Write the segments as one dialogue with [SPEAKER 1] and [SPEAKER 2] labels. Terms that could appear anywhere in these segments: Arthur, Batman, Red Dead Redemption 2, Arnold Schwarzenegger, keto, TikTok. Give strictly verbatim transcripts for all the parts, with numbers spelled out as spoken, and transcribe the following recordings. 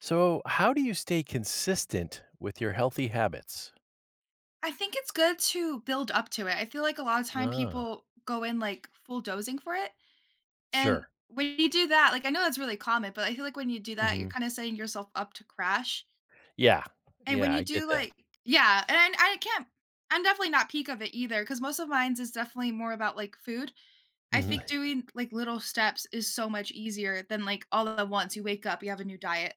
[SPEAKER 1] So, how do you stay consistent with your healthy habits?
[SPEAKER 2] I think it's good to build up to it. I feel like a lot of time
[SPEAKER 1] Ah,
[SPEAKER 2] people go in like full dozing for it. And
[SPEAKER 1] sure.
[SPEAKER 2] when you do that, like, I know that's really common, but I feel like when you do that, you're
[SPEAKER 1] Mhm.
[SPEAKER 2] kind of setting yourself up to crash.
[SPEAKER 1] Yeah.
[SPEAKER 2] And when
[SPEAKER 1] Yeah, I
[SPEAKER 2] you
[SPEAKER 1] get
[SPEAKER 2] do
[SPEAKER 1] that.
[SPEAKER 2] like, yeah, and I, I can't, I'm definitely not peak of it either because most of mine's is definitely more about like food. I
[SPEAKER 1] Mhm.
[SPEAKER 2] think doing like little steps is so much easier than like all at once. You wake up, you have a new diet.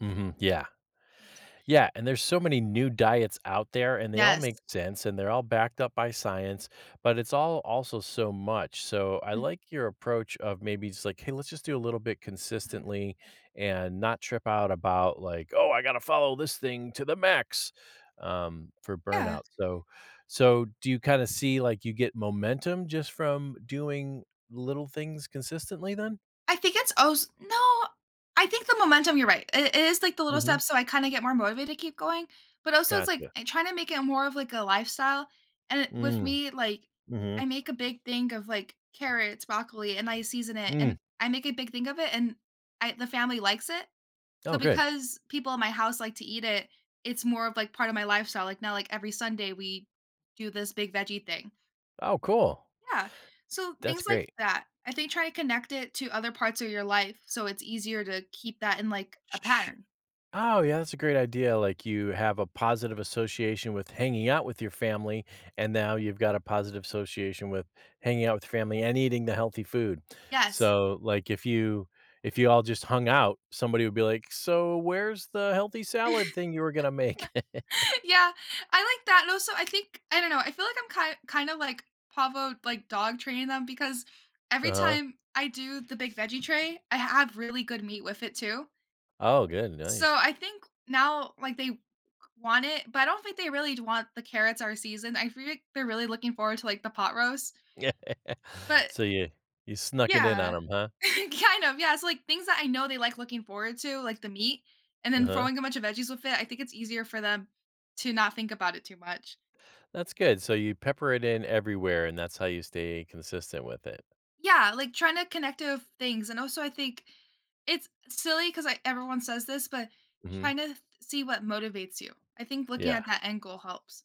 [SPEAKER 1] Mhm. Yeah.
[SPEAKER 2] one hundred percent.
[SPEAKER 1] Yeah, and there's so many new diets out there and they all
[SPEAKER 2] Yes.
[SPEAKER 1] make sense and they're all backed up by science, but it's all also so much. So I
[SPEAKER 2] one hundred percent.
[SPEAKER 1] like your approach of maybe just like, hey, let's just do a little bit consistently
[SPEAKER 2] Yeah.
[SPEAKER 1] and not trip out about like, oh, I got to follow this thing to the max um for
[SPEAKER 2] Yeah.
[SPEAKER 1] burnout. So so do you kind of see like you get momentum just from doing little things consistently then?
[SPEAKER 2] I think it's als no, I think the momentum you're right. It it is, like, the little
[SPEAKER 1] Mhm.
[SPEAKER 2] steps, so I kinda get more motivated to keep going, but also it's, like,
[SPEAKER 1] Gotcha.
[SPEAKER 2] I trying to make it more of, like, a lifestyle, and it- with
[SPEAKER 1] Mm.
[SPEAKER 2] me, like,
[SPEAKER 1] Mhm.
[SPEAKER 2] I make a big thing of, like, carrots, broccoli, and I season it,
[SPEAKER 1] Mm.
[SPEAKER 2] and I make a big thing of it, and I the family likes it, so
[SPEAKER 1] Oh, good.
[SPEAKER 2] because people in my house like to eat it, it's more of, like, part of my lifestyle, like, now, like, every Sunday, we do this big veggie thing.
[SPEAKER 1] Oh, cool.
[SPEAKER 2] Yeah. So
[SPEAKER 1] That's
[SPEAKER 2] things like
[SPEAKER 1] great.
[SPEAKER 2] that. I think try to connect it to other parts of your life so it's easier to keep that in like a
[SPEAKER 1] Sh
[SPEAKER 2] pattern.
[SPEAKER 1] Oh, yeah, that's a great idea, like, you have a positive association with hanging out with your family, and now you've got a positive association with hanging out with your family and eating the healthy food.
[SPEAKER 2] Yes.
[SPEAKER 1] So, like, if you if you all just hung out, somebody would be like, "So where's the healthy salad thing you were gonna make?"
[SPEAKER 2] yeah. I like that. And also I think I don't know, I feel like I'm kind kind of like Pavo like dog training them because every
[SPEAKER 1] Uh-huh.
[SPEAKER 2] time I do the big veggie tray, I have really good meat with it too.
[SPEAKER 1] Oh, good,
[SPEAKER 2] So
[SPEAKER 1] nice.
[SPEAKER 2] I think now like they want it, but I don't think they really want the carrots are seasoned. I feel like they're really looking forward to like the pot roast.
[SPEAKER 1] Yeah.
[SPEAKER 2] But
[SPEAKER 1] So you you snuck it in on
[SPEAKER 2] yeah.
[SPEAKER 1] them, huh?
[SPEAKER 2] Kind of, yeah, so like, things that I know they like looking forward to, like the meat, and then
[SPEAKER 1] Uh-huh.
[SPEAKER 2] throwing a bunch of veggies with it, I think it's easier for them to not think about it too much.
[SPEAKER 1] That's good, so you pepper it in everywhere, and that's how you stay consistent with it.
[SPEAKER 2] Yeah, like, trying to connect to things, and also I think it's silly because I everyone says this, but
[SPEAKER 1] Mhm.
[SPEAKER 2] trying to th- see what motivates you. I think looking
[SPEAKER 1] Yeah.
[SPEAKER 2] at that end goal helps.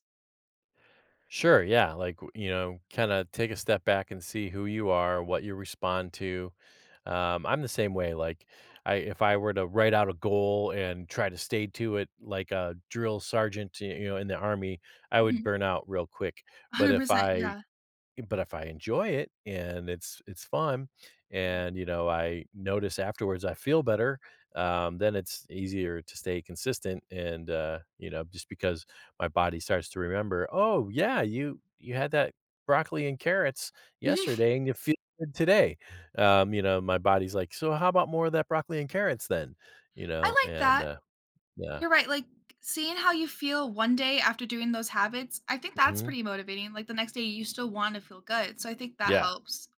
[SPEAKER 1] Sure, yeah, like, w you know, kinda take a step back and see who you are, what you respond to. Um, I'm the same way, like, I if I were to write out a goal and try to stay to it like a drill sergeant, y you know, in the army, I
[SPEAKER 2] Yeah. Mhm.
[SPEAKER 1] would burn out real quick, but if
[SPEAKER 2] one hundred percent,
[SPEAKER 1] I
[SPEAKER 2] yeah.
[SPEAKER 1] but if I enjoy it and it's it's fun
[SPEAKER 2] Mhm.
[SPEAKER 1] and, you know, I notice afterwards I feel better, um, then it's easier to stay consistent and, uh, you know, just because my body starts to remember, "Oh, yeah, you you had that broccoli and carrots yesterday and you feel good today." Um, you know, my body's like, "So how about more of that broccoli and carrots then?" You know,
[SPEAKER 2] I like
[SPEAKER 1] and,
[SPEAKER 2] that.
[SPEAKER 1] uh, yeah.
[SPEAKER 2] You're right, like, seeing how you feel one day after doing those habits, I think that's
[SPEAKER 1] Mhm.
[SPEAKER 2] pretty motivating, like, the next day you still wanna feel good, so I think that
[SPEAKER 1] Yeah.
[SPEAKER 2] helps.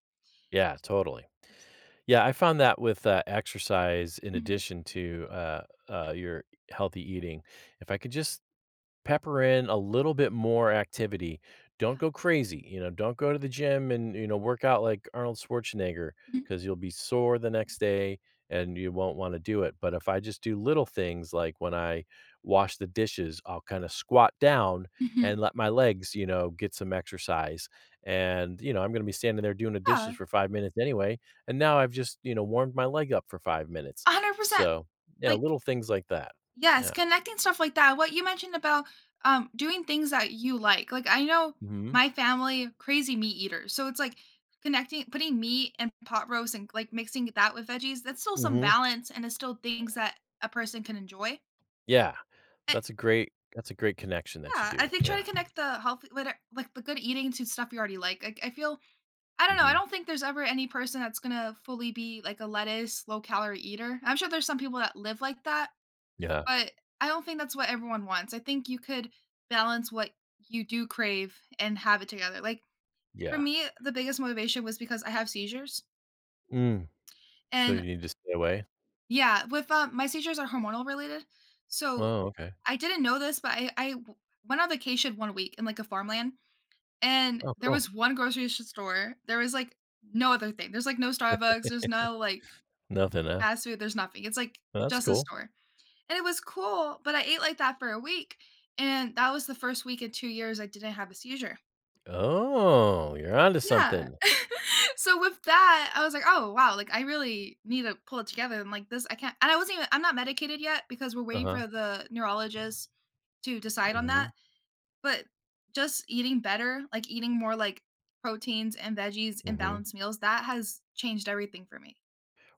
[SPEAKER 1] Yeah, totally.
[SPEAKER 2] one hundred percent.
[SPEAKER 1] Yeah, I found that with, uh, exercise in
[SPEAKER 2] Mhm.
[SPEAKER 1] addition to, uh, uh, your healthy eating. If I could just pepper in a little bit more activity. Don't
[SPEAKER 2] Yeah.
[SPEAKER 1] go crazy, you know, don't go to the gym and, you know, work out like Arnold Schwarzenegger
[SPEAKER 2] Mhm.
[SPEAKER 1] because you'll be sore the next day and you won't want to do it. But if I just do little things like when I wash the dishes, I'll kind of squat down
[SPEAKER 2] Mhm.
[SPEAKER 1] and let my legs, you know, get some exercise. And, you know, I'm going to be standing there doing the dishes
[SPEAKER 2] Yeah,
[SPEAKER 1] for five minutes anyway. And now I've just, you know, warmed my leg up for five minutes.
[SPEAKER 2] one hundred percent.
[SPEAKER 1] So, yeah,
[SPEAKER 2] Like
[SPEAKER 1] little things like that.
[SPEAKER 2] yes,
[SPEAKER 1] Yeah.
[SPEAKER 2] connecting stuff like that, what you mentioned about, um, doing things that you like, like, I know
[SPEAKER 1] Hmm.
[SPEAKER 2] my family, crazy meat eaters, so it's like connecting putting meat and pot roast and, like, mixing that with veggies, that's still some
[SPEAKER 1] Hmm.
[SPEAKER 2] balance and it's still things that a person can enjoy.
[SPEAKER 1] Yeah.
[SPEAKER 2] eh,
[SPEAKER 1] That's a great that's a great connection that you
[SPEAKER 2] Yeah, I
[SPEAKER 1] do.
[SPEAKER 2] think try
[SPEAKER 1] Yeah.
[SPEAKER 2] to connect the healthy, what are- like the good eating to stuff you already like. Like I feel, I don't know. I
[SPEAKER 1] Mhm.
[SPEAKER 2] don't think there's ever any person that's gonna fully be like a lettuce, low calorie eater. I'm sure there's some people that live like that,
[SPEAKER 1] Yeah.
[SPEAKER 2] but I don't think that's what everyone wants. I think you could balance what you do crave and have it together. Like for
[SPEAKER 1] Yeah.
[SPEAKER 2] me, the biggest motivation was because I have seizures,
[SPEAKER 1] Mm. So
[SPEAKER 2] and
[SPEAKER 1] you need to stay away?
[SPEAKER 2] yeah, with uh, my seizures are hormonal related, so
[SPEAKER 1] Oh, okay.
[SPEAKER 2] I didn't know this, but I I w- went on vacation one week in like a farmland. And
[SPEAKER 1] Oh,
[SPEAKER 2] there
[SPEAKER 1] cool.
[SPEAKER 2] was one grocery sh store. There was, like, no other thing. There's, like, no Starbucks, there's no, like,
[SPEAKER 1] Nothing, huh?
[SPEAKER 2] fast food, there's nothing. It's, like,
[SPEAKER 1] Well, that's
[SPEAKER 2] just a
[SPEAKER 1] cool.
[SPEAKER 2] store. And it was cool, but I ate like that for a week, and that was the first week in two years I didn't have a seizure.
[SPEAKER 1] Oh, you're onto
[SPEAKER 2] Yeah.
[SPEAKER 1] something.
[SPEAKER 2] So with that, I was like, "Oh, wow, like, I really need to pull it together and, like, this I can't." And I wasn't even I'm not medicated yet because we're waiting
[SPEAKER 1] Uh-huh.
[SPEAKER 2] for the neurologist to decide on
[SPEAKER 1] Mhm.
[SPEAKER 2] that. But just eating better, like eating more like proteins and veggies and
[SPEAKER 1] Mhm.
[SPEAKER 2] balanced meals, that has changed everything for me.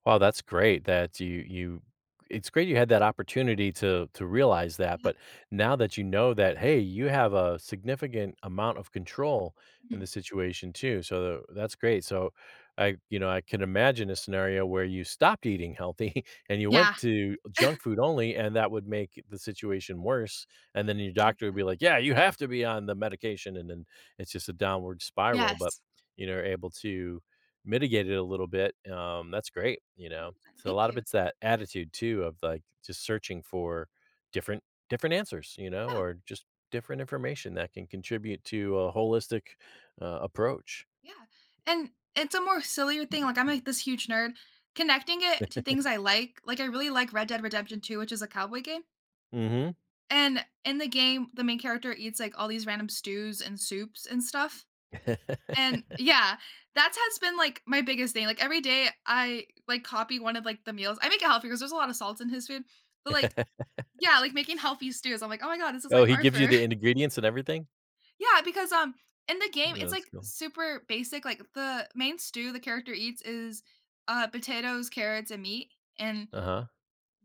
[SPEAKER 1] Wow, that's great that you you it's great you had that opportunity to to realize that,
[SPEAKER 2] Yeah.
[SPEAKER 1] but now that you know that, hey, you have a significant amount of control in
[SPEAKER 2] Mhm.
[SPEAKER 1] the situation too. So tha- that's great. So I you know, I can imagine a scenario where you stopped eating healthy and you went
[SPEAKER 2] Yeah,
[SPEAKER 1] to junk food only and that would make the situation worse and then your doctor would be
[SPEAKER 2] one hundred percent.
[SPEAKER 1] like, "Yeah, you have to be on the medication." And then it's just a downward spiral, but
[SPEAKER 2] Yes,
[SPEAKER 1] you know, able to mitigate it a little bit, um, that's great, you know?
[SPEAKER 2] one hundred percent.
[SPEAKER 1] So a
[SPEAKER 2] Thank
[SPEAKER 1] lot of
[SPEAKER 2] you.
[SPEAKER 1] it's that attitude too of, like, just searching for different different answers, you know,
[SPEAKER 2] Yeah,
[SPEAKER 1] or just different information that can contribute to a holistic, uh, approach.
[SPEAKER 2] yeah. And it's a more sillier thing, like I'm like this huge nerd. Connecting it to things I like, like I really like Red Dead Redemption two, which is a cowboy game.
[SPEAKER 1] Mhm.
[SPEAKER 2] And in the game, the main character eats like all these random stews and soups and stuff. And yeah, that has been, like, my biggest thing, like, every day I, like, copy one of, like, the meals I make it healthy because there's a lot of salt in his food, but, like yeah, like, making healthy stews, I'm like, "Oh my God, this is
[SPEAKER 1] Oh,
[SPEAKER 2] like
[SPEAKER 1] he gives you
[SPEAKER 2] Arthur."
[SPEAKER 1] the ingredients and everything?
[SPEAKER 2] Yeah, because, um, in the game,
[SPEAKER 1] No,
[SPEAKER 2] it's,
[SPEAKER 1] that's
[SPEAKER 2] like,
[SPEAKER 1] cool.
[SPEAKER 2] super basic, like, the main stew the character eats is, uh, potatoes, carrots, and meat, and
[SPEAKER 1] Uh-huh.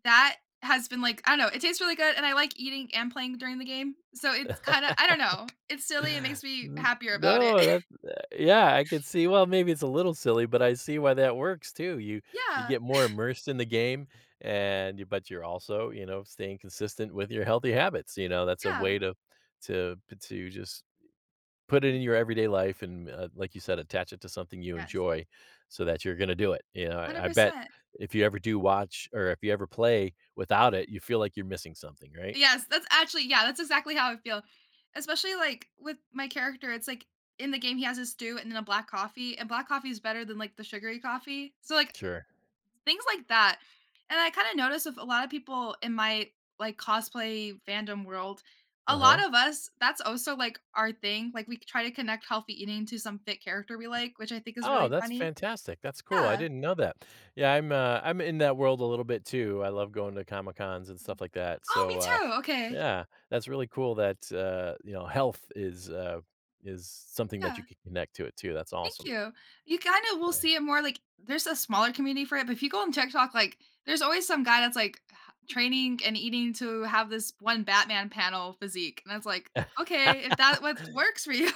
[SPEAKER 2] that has been, like I don't know, it tastes really good, and I like eating and playing during the game, so it's kinda I don't know, it's silly, it makes me
[SPEAKER 1] N
[SPEAKER 2] happier about it.
[SPEAKER 1] no, that uh, yeah, I could see, well, maybe it's a little silly, but I see why that works too. You you
[SPEAKER 2] Yeah,
[SPEAKER 1] get more immersed in the game and you but you're also, you know, staying consistent with your healthy habits, you know, that's a
[SPEAKER 2] yeah.
[SPEAKER 1] way to to p to just
[SPEAKER 2] Thank
[SPEAKER 1] put it
[SPEAKER 2] you.
[SPEAKER 1] in your everyday life and, uh, like you said, attach it to something you
[SPEAKER 2] Yes.
[SPEAKER 1] enjoy so that you're gonna do it, you know, I I bet
[SPEAKER 2] one hundred percent.
[SPEAKER 1] if you ever do watch or if you ever play without it, you feel like you're missing something, right?
[SPEAKER 2] Yes, that's actually yeah, that's exactly how I feel. Especially, like, with my character, it's like in the game, he has a stew and then a black coffee, and black coffee is better than, like, the sugary coffee. So, like,
[SPEAKER 1] Sure.
[SPEAKER 2] things like that. And I kinda notice with a lot of people in my, like, cosplay fandom world, a
[SPEAKER 1] Uh-huh.
[SPEAKER 2] lot of us, that's also, like, our thing. Like, we try to connect healthy eating to some fit character we like, which I think is
[SPEAKER 1] Oh,
[SPEAKER 2] really
[SPEAKER 1] that's
[SPEAKER 2] funny.
[SPEAKER 1] fantastic. That's cool. I
[SPEAKER 2] Yeah.
[SPEAKER 1] didn't know that. Yeah, I'm, uh, I'm in that world a little bit too. I love going to Comic Cons and stuff like that.
[SPEAKER 2] Oh, me
[SPEAKER 1] So, uh,
[SPEAKER 2] too. Okay.
[SPEAKER 1] yeah, that's really cool that, uh, you know, health is, uh, is something that you
[SPEAKER 2] Yeah.
[SPEAKER 1] can connect to it too. That's
[SPEAKER 2] Thank
[SPEAKER 1] awesome.
[SPEAKER 2] you. You kind of will see it more like there's a smaller community for it, but if you go on TikTok, like there's always some guy that's like h- training and eating to have this one Batman panel physique, and that's like, okay, if that what works for you,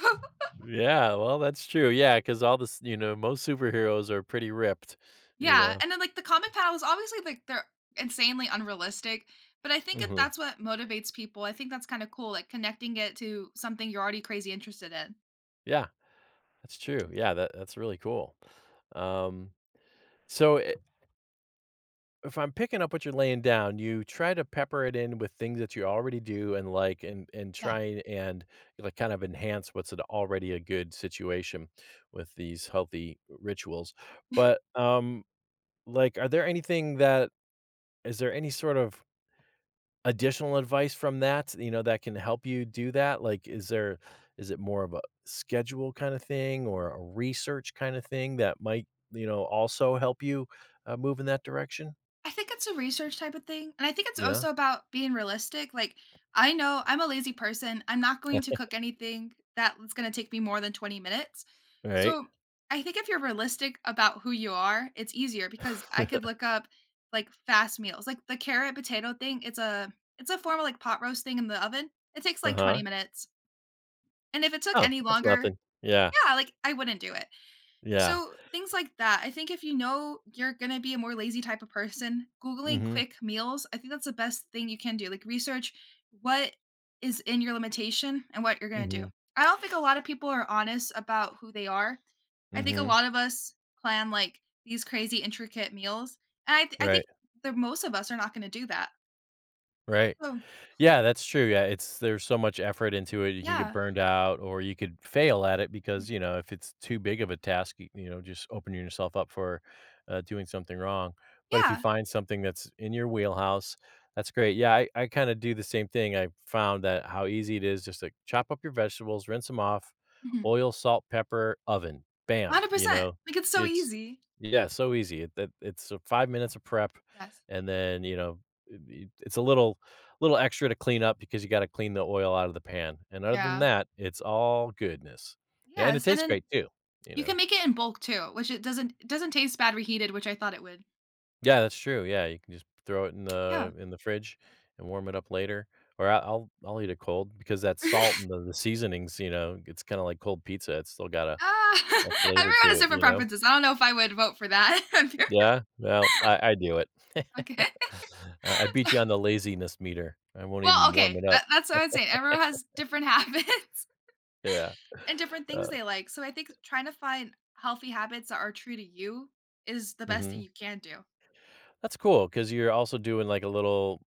[SPEAKER 1] Yeah, well, that's true. Yeah, because all this, you know, most superheroes are pretty ripped, you
[SPEAKER 2] yeah.
[SPEAKER 1] know.
[SPEAKER 2] And then like the comic panels, obviously like they're insanely unrealistic, but I think that
[SPEAKER 1] Hmm.
[SPEAKER 2] that's what motivates people. I think that's kind of cool, like connecting it to something you're already crazy interested in.
[SPEAKER 1] Yeah, that's true. Yeah, that that's really cool. Um, so, eh, if I'm picking up what you're laying down, you try to pepper it in with things that you already do and like and and
[SPEAKER 2] Yeah.
[SPEAKER 1] try and like kind of enhance what's an already a good situation with these healthy rituals. But um like are there anything that is there any sort of additional advice from that, you know, that can help you do that? Like is there is it more of a schedule kind of thing or a research kind of thing that might, you know, also help you uh, move in that direction?
[SPEAKER 2] I think it's a research type of thing. And I think it's
[SPEAKER 1] Yeah.
[SPEAKER 2] also about being realistic. Like, I know I'm a lazy person. I'm not going to cook anything that's going to take me more than twenty minutes.
[SPEAKER 1] Right.
[SPEAKER 2] So I think if you're realistic about who you are, it's easier because I could look up like fast meals, like the carrot potato thing. It's a it's a form of like pot roast thing in the oven. It takes like twenty
[SPEAKER 1] Uh-huh.
[SPEAKER 2] minutes. And if it took
[SPEAKER 1] Oh,
[SPEAKER 2] any
[SPEAKER 1] that's
[SPEAKER 2] longer,
[SPEAKER 1] nothing. Yeah,
[SPEAKER 2] yeah, like I wouldn't do it.
[SPEAKER 1] yeah.
[SPEAKER 2] So things like that. I think if you know you're gonna be a more lazy type of person,
[SPEAKER 1] Mm.
[SPEAKER 2] googling
[SPEAKER 1] Mhm.
[SPEAKER 2] quick meals, I think that's the best thing you can do. Like research what is in your limitation and what you're
[SPEAKER 1] Mm.
[SPEAKER 2] gonna do.
[SPEAKER 1] Mhm.
[SPEAKER 2] I don't think a lot of people are honest about who they are.
[SPEAKER 1] Mm.
[SPEAKER 2] I think a
[SPEAKER 1] Mhm.
[SPEAKER 2] lot of us plan like these crazy intricate meals, and I th- I
[SPEAKER 1] Right,
[SPEAKER 2] think the most of us are not gonna do that.
[SPEAKER 1] right.
[SPEAKER 2] So pl-
[SPEAKER 1] Yeah, that's true, yeah, it's there's so much effort into it, you can get
[SPEAKER 2] yeah,
[SPEAKER 1] burned out, or you could fail at it
[SPEAKER 2] Mhm.
[SPEAKER 1] because, you know, if it's too big of a task, y you know, just opening yourself up for, uh, doing something wrong, but if you
[SPEAKER 2] yeah,
[SPEAKER 1] find something that's in your wheelhouse, that's great, yeah, I I kinda do the same thing, I found that how easy it is just to chop up your vegetables, rinse them off,
[SPEAKER 2] Mhm.
[SPEAKER 1] oil, salt, pepper, oven, bam, you
[SPEAKER 2] one hundred percent.
[SPEAKER 1] know?
[SPEAKER 2] Like it's so
[SPEAKER 1] It's
[SPEAKER 2] easy.
[SPEAKER 1] Yeah, so easy, it that it's, uh, five minutes of prep,
[SPEAKER 2] Yes.
[SPEAKER 1] and then, you know, it it it's a little little extra to clean up because you gotta clean the oil out of the pan, and other than
[SPEAKER 2] Yeah.
[SPEAKER 1] that, it's all goodness. Yeah, and it
[SPEAKER 2] Yes, and
[SPEAKER 1] tastes
[SPEAKER 2] then
[SPEAKER 1] great too, you
[SPEAKER 2] you
[SPEAKER 1] know?
[SPEAKER 2] can make it in bulk too, which it doesn't it doesn't taste bad reheated, which I thought it would.
[SPEAKER 1] Yeah, that's true, yeah, you can just throw it in
[SPEAKER 2] Yeah.
[SPEAKER 1] the in the fridge and warm it up later, or I I'll I'll eat it cold because that salt and the the seasonings, you know, it's kinda like cold pizza, it's still got a
[SPEAKER 2] Ah,
[SPEAKER 1] a flavor to
[SPEAKER 2] everyone has
[SPEAKER 1] it,
[SPEAKER 2] different
[SPEAKER 1] you know?
[SPEAKER 2] preferences. I don't know if I would vote for that. If you're
[SPEAKER 1] Yeah, well, I I do it.
[SPEAKER 2] okay.
[SPEAKER 1] I I beat you on the laziness meter, I won't
[SPEAKER 2] Well,
[SPEAKER 1] even warm
[SPEAKER 2] okay,
[SPEAKER 1] it up.
[SPEAKER 2] that that's what I'm saying. Everyone has different habits
[SPEAKER 1] Yeah,
[SPEAKER 2] and different things
[SPEAKER 1] uh,
[SPEAKER 2] they like. So I think trying to find healthy habits that are true to you is the best thing
[SPEAKER 1] mhm.
[SPEAKER 2] you can do.
[SPEAKER 1] That's cool because 'cause you're also doing, like, a little,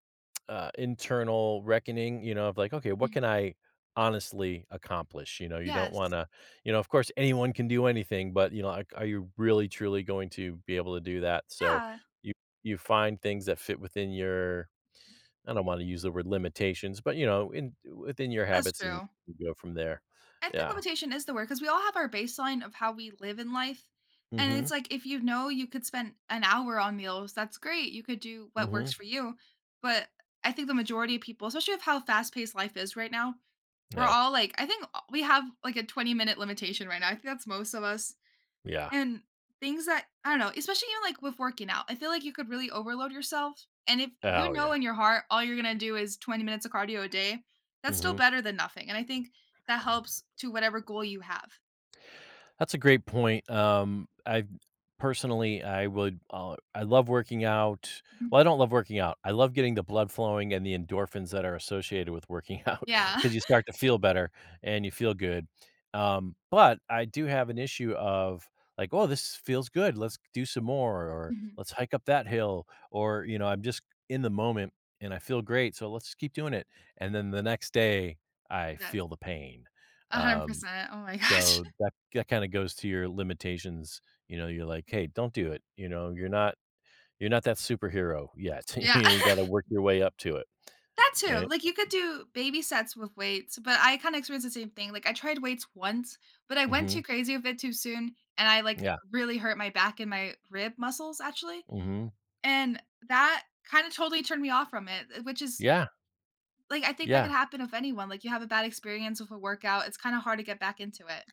[SPEAKER 1] uh, internal reckoning, you know, of like, "Okay, what
[SPEAKER 2] Mhm.
[SPEAKER 1] can I honestly accomplish?" You know, you don't
[SPEAKER 2] Yes.
[SPEAKER 1] wanna you know, of course, anyone can do anything, but, you know, like, are you really truly going to be able to do that? So,
[SPEAKER 2] Yeah,
[SPEAKER 1] you you find things that fit within your I don't wanna use the word limitations, but, you know, in within your
[SPEAKER 2] that's
[SPEAKER 1] habits and
[SPEAKER 2] true.
[SPEAKER 1] you go from there.
[SPEAKER 2] I think
[SPEAKER 1] Yeah.
[SPEAKER 2] limitation is the word because we all have our baseline of how we live in life. And it's
[SPEAKER 1] Mhm,
[SPEAKER 2] like if you know you could spend an hour on meals, that's great. You could do what
[SPEAKER 1] mhm.
[SPEAKER 2] works for you. But I think the majority of people, especially of how fast paced life is right now, we're
[SPEAKER 1] Yeah,
[SPEAKER 2] all like, I think we have like a twenty minute limitation right now. I think that's most of us.
[SPEAKER 1] yeah.
[SPEAKER 2] And things that I don't know, especially even like with working out, I feel like you could really overload yourself. And if you
[SPEAKER 1] Oh,
[SPEAKER 2] know
[SPEAKER 1] yeah.
[SPEAKER 2] in your heart all you're gonna do is twenty minutes of cardio a day, that's still
[SPEAKER 1] Mhm.
[SPEAKER 2] better than nothing. And I think that helps to whatever goal you have.
[SPEAKER 1] That's a great point. Um, I personally, I would, uh, I love working out.
[SPEAKER 2] Mhm.
[SPEAKER 1] Well, I don't love working out. I love getting the blood flowing and the endorphins that are associated with working out
[SPEAKER 2] Yeah.
[SPEAKER 1] because you start to feel better and you feel good. Um, but I do have an issue of like, oh, this feels good. Let's do some more, or
[SPEAKER 2] Mhm.
[SPEAKER 1] let's hike up that hill, or you know, I'm just in the moment and I feel great, so let's keep doing it. And then the next day, I
[SPEAKER 2] Yes.
[SPEAKER 1] feel the pain. Um,
[SPEAKER 2] one hundred percent. Oh my gosh.
[SPEAKER 1] so that that kinda goes to your limitations, you know, you're like, "Hey,
[SPEAKER 2] Mhm.
[SPEAKER 1] don't do it," you know, you're not you're not that superhero yet,
[SPEAKER 2] Yeah.
[SPEAKER 1] you know, you gotta work your way up to it,
[SPEAKER 2] that too.
[SPEAKER 1] right?
[SPEAKER 2] Like you could do baby sets with weights, but I kind of experienced the same thing. Like I tried weights once, but I went
[SPEAKER 1] Mhm.
[SPEAKER 2] too crazy with it too soon and I like
[SPEAKER 1] Yeah.
[SPEAKER 2] really hurt my back and my rib muscles actually.
[SPEAKER 1] Mhm.
[SPEAKER 2] And that kinda totally turned me off from it, eh, which is
[SPEAKER 1] Yeah,
[SPEAKER 2] like, I think that
[SPEAKER 1] yeah.
[SPEAKER 2] could happen with anyone, like, you have a bad experience with a workout, it's kinda hard to get back into it.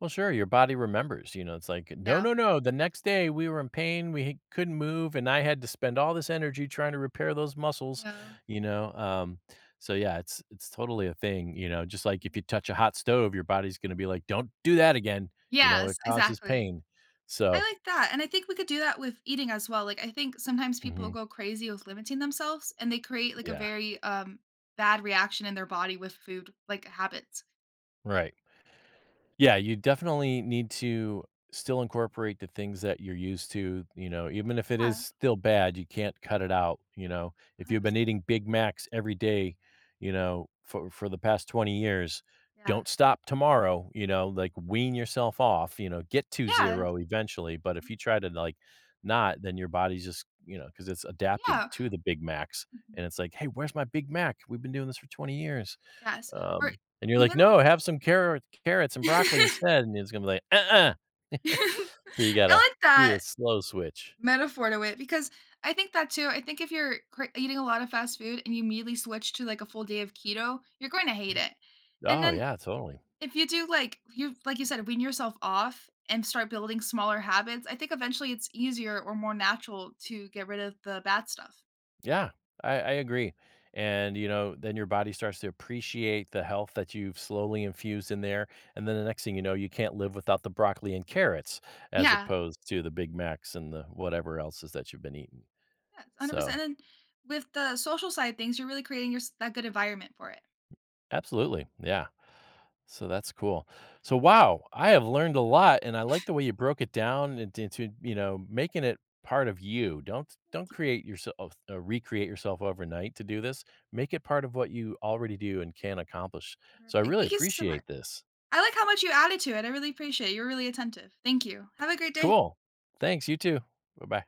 [SPEAKER 1] Well, sure, your body remembers, you know, it's like, "No,
[SPEAKER 2] Yeah,
[SPEAKER 1] no, no, the next day we were in pain, we couldn't move, and I had to spend all this energy trying to repair those muscles,"
[SPEAKER 2] yeah.
[SPEAKER 1] you know, um, so yeah, it's it's totally a thing, you know, just like if
[SPEAKER 2] Mhm.
[SPEAKER 1] you touch a hot stove, your body's gonna be like, "Don't do that again," you know, it
[SPEAKER 2] Yes,
[SPEAKER 1] causes
[SPEAKER 2] exactly.
[SPEAKER 1] pain,
[SPEAKER 2] I
[SPEAKER 1] so
[SPEAKER 2] like that, and I think we could do that with eating as well, like, I think sometimes people
[SPEAKER 1] mhm,
[SPEAKER 2] go crazy with limiting themselves, and they create, like, a
[SPEAKER 1] yeah,
[SPEAKER 2] very, um, bad reaction in their body with food, like, habits.
[SPEAKER 1] right. Yeah, you definitely need to still incorporate the things that you're used to, you know, even if it is
[SPEAKER 2] Yeah,
[SPEAKER 1] still bad, you can't cut it out, you know. If you've been
[SPEAKER 2] one hundred percent.
[SPEAKER 1] eating Big Macs every day, you know, for for the past twenty years,
[SPEAKER 2] Yeah.
[SPEAKER 1] don't stop tomorrow, you know, like wean yourself off, you know, get to
[SPEAKER 2] Yeah,
[SPEAKER 1] zero eventually, but if you try to like not, then your body's just, you know, because it's adapted
[SPEAKER 2] yeah.
[SPEAKER 1] to the Big Macs
[SPEAKER 2] Mhm.
[SPEAKER 1] and it's like, "Hey, where's my Big Mac? We've been doing this for twenty years."
[SPEAKER 2] Yes, or
[SPEAKER 1] Um, and you're like,
[SPEAKER 2] even
[SPEAKER 1] "No, have some carrot carrots and broccoli instead," and it's gonna be like, "Uh-uh."
[SPEAKER 2] I
[SPEAKER 1] So you gotta
[SPEAKER 2] like
[SPEAKER 1] do the
[SPEAKER 2] that.
[SPEAKER 1] slow switch.
[SPEAKER 2] Metaphor to it because I think that too. I think if you're cra- eating a lot of fast food and you immediately switch to like a full day of keto, you're going to hate it. And
[SPEAKER 1] Oh,
[SPEAKER 2] then
[SPEAKER 1] yeah, totally.
[SPEAKER 2] if you do like you like you said, wean yourself off and start building smaller habits, I think eventually it's easier or more natural to get rid of the bad stuff.
[SPEAKER 1] Yeah, I I agree. And, you know, then your body starts to appreciate the health that you've slowly infused in there, and then the next thing you know, you can't live without the broccoli and carrots as
[SPEAKER 2] Yeah,
[SPEAKER 1] opposed to the Big Macs and the whatever else is that you've been eating.
[SPEAKER 2] yeah,
[SPEAKER 1] So,
[SPEAKER 2] one hundred percent. And then with the social side things, you're really creating your s- that good environment for it.
[SPEAKER 1] absolutely, yeah. So that's cool. So wow, I have learned a lot, and I like the way you broke it down int into, you know, making it part of you. Don't don't
[SPEAKER 2] Thank you.
[SPEAKER 1] create yourself, uh, recreate yourself overnight to do this. Make it part of what you already do and can accomplish. So I
[SPEAKER 2] Perfect.
[SPEAKER 1] really
[SPEAKER 2] Thank you so much.
[SPEAKER 1] appreciate this.
[SPEAKER 2] I like how much you added to it. I really appreciate it. You're really attentive. Thank you. Have a great day.
[SPEAKER 1] Cool. Thanks. You too. Bye bye.